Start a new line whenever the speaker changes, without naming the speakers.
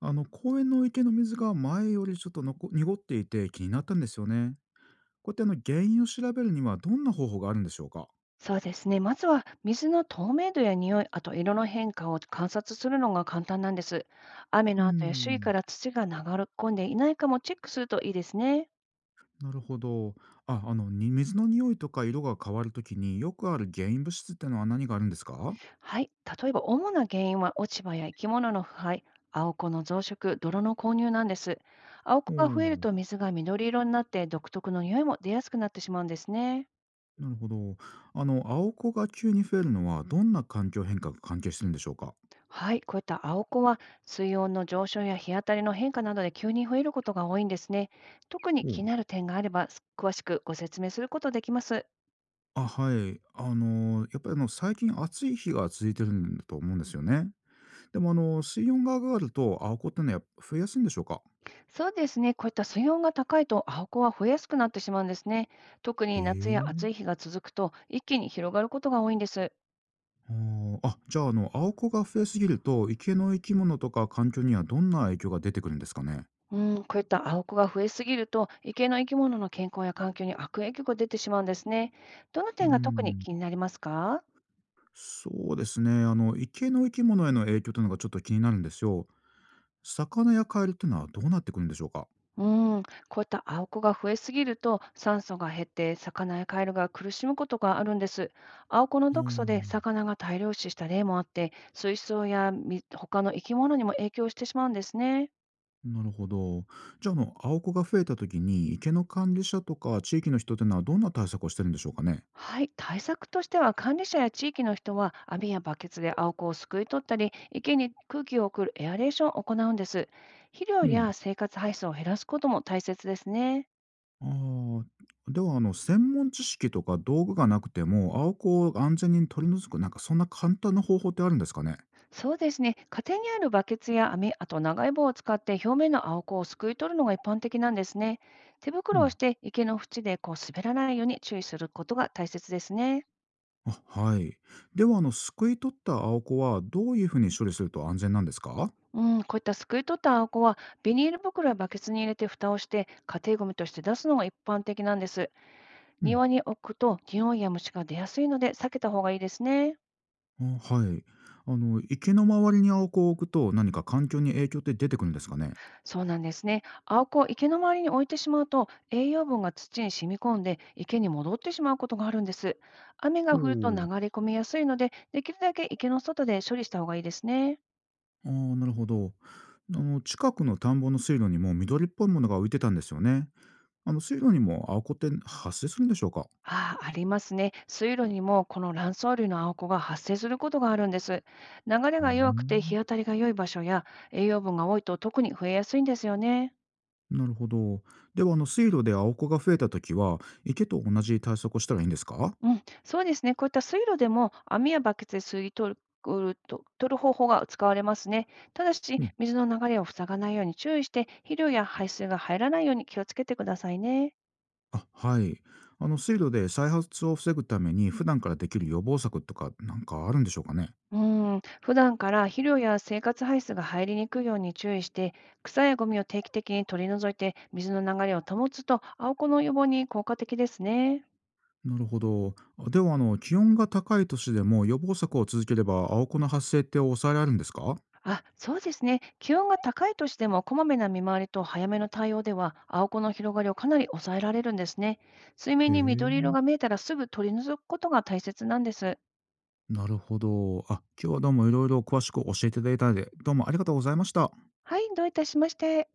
公園の池の水が前よりちょっと濁っていて気になったんですよね。こうやって原因を調べるにはどんな方法があるんでしょうか？
そうですね。まずは水の透明度や匂い、あと色の変化を観察するのが簡単なんです。雨
うー
の後や周囲か
ん。
ら土が流れ込んでいないかもチェックするといいですね。
なるほど。水の匂いとか色が変わるときによくある原因物質ってのは何があるんですか？
はい。例えば主な原因は落ち葉や生き物の腐敗、青子の増殖、泥の購入なんです。青
お
子が増える
ん。
と水が緑色になって独特の匂いも出やすくなってしまうんですね。
なるほど。青子が急に増えるのはどんな環境変化が関係してるんでしょうか？
はい、こういった青子は水温の上昇や日当たりの変化などで急に増えることが多いんですね。特に
お
気
う。
になる点があればす詳しくご説明することできます。
あ、はい。やっぱり最近暑い日が続いてるんだと思うんですよね。でも水温が上がるとアオコってのはやっぱ増えやすいんでしょうか？
そうですね、こういった水温が高いと青子は増えやすくなってしまうんですね。特
へ
に夏や
え。
暑い日が続くと一気に広がることが多いんです。
じゃあ、アオコが増えすぎると、池の生き物とか環境にはどんな影響が出てくるんですかね？
うん、こういった青子が増えすぎると池の生き物の健康や環境に悪影響が出てしまうんですね。どの
う
点が特に
ん。
気になりますか？
そうですね。池の生き物への影響というのがちょっと気になるんですよ。魚やカエルっていうのはどうなってくるんでしょうか？
うん、こういった青子が増えすぎると酸素が減って魚やカエルが苦しむことがあるんです。青子の
う
毒素で
ん。
魚が大量死した例もあって、水槽やみ他の生き物にも影響してしまうんですね。
なるほど。じゃあ、アオコが増えた時に、池の管理者とか地域の人っていうのはどんな対策をしてるんでしょうかね？
はい、対策としては管理者や地域の人は網やバケツで青子をすくい取ったり、池に空気を送るエアレーションを行うんです。肥
う
料
ん。
や生活排水を減らすことも大切ですね。
ああ、では、専門知識とか道具がなくても、アオコを安全に取り除く、なんかそんな簡単な方法ってあるんですかね？
そうですね。家庭にあるバケツや網、あと長い棒を使って表面の青子をすくい取るのが一般的なんですね。手
う
袋をし
ん。
て池の縁でこう滑らないように注意することが大切ですね。
あ、はい。では、すくい取ったアオコはどういう風に処理すると安全なんですか？
うん、こういったすくい取った青子はビニール袋やバケツに入れて蓋をして家庭ごみとして出すのが一般的なんです。
うん。
庭に置くと匂いや虫が出やすいので避けた方がいいですね。
あ、はい。池の周りにアオコを置くと、何か環境に影響って出てくるんですかね？
そうなんですね。アオコを池の周りに置いてしまうと、栄養分が土に染み込んで池に戻ってしまうことがあるんです。雨
お
が降ると流れ
お。
込みやすいので、できるだけ池の外で処理した方がいいですね。
ああ、なるほど。近くの田んぼの水路にも緑っぽいものが浮いてたんですよね。水路にもアオコって発生するんでしょうか？
ああ、ありますね。水路にもこの卵巣類のアオコが発生することがあるんです。流れ
うー
が弱くて
ん。
日当たりが良い場所や栄養分が多いと特に増えやすいんですよね。
なるほど。では、水路で青子が増えたときは、池と同じ対策をしたらいいんですか？
うん、そうですね。こういった水路でも網やバケツで吸い取ると取る方法が使われますね。ただし、
うん。
水の流れを塞がないように注意して、肥料や排水が入らないように気をつけてくださいね。
あ、はい。水路で再発を防ぐために、普段からできる予防策とか、なんかあるんでしょうかね？
うん、普段から肥料や生活排水が入りにくいように注意して、草やゴミを定期的に取り除いて、水の流れを保つと、青子の予防に効果的ですね。
なるほど。では、気温が高い年でも予防策を続ければ、青子の発生って抑えられるんですか？
あ、そうですね。気温が高いとしても、こまめな見回りと早めの対応では、青子の広がりをかなり抑えられるんですね。水
へ
面に緑
え。
色が見えたらすぐ取り除くことが大切なんです。
なるほど。あ、今日はどうもいろいろ詳しく教えていただいて、どうもありがとうございました。
はい、どういたしまして。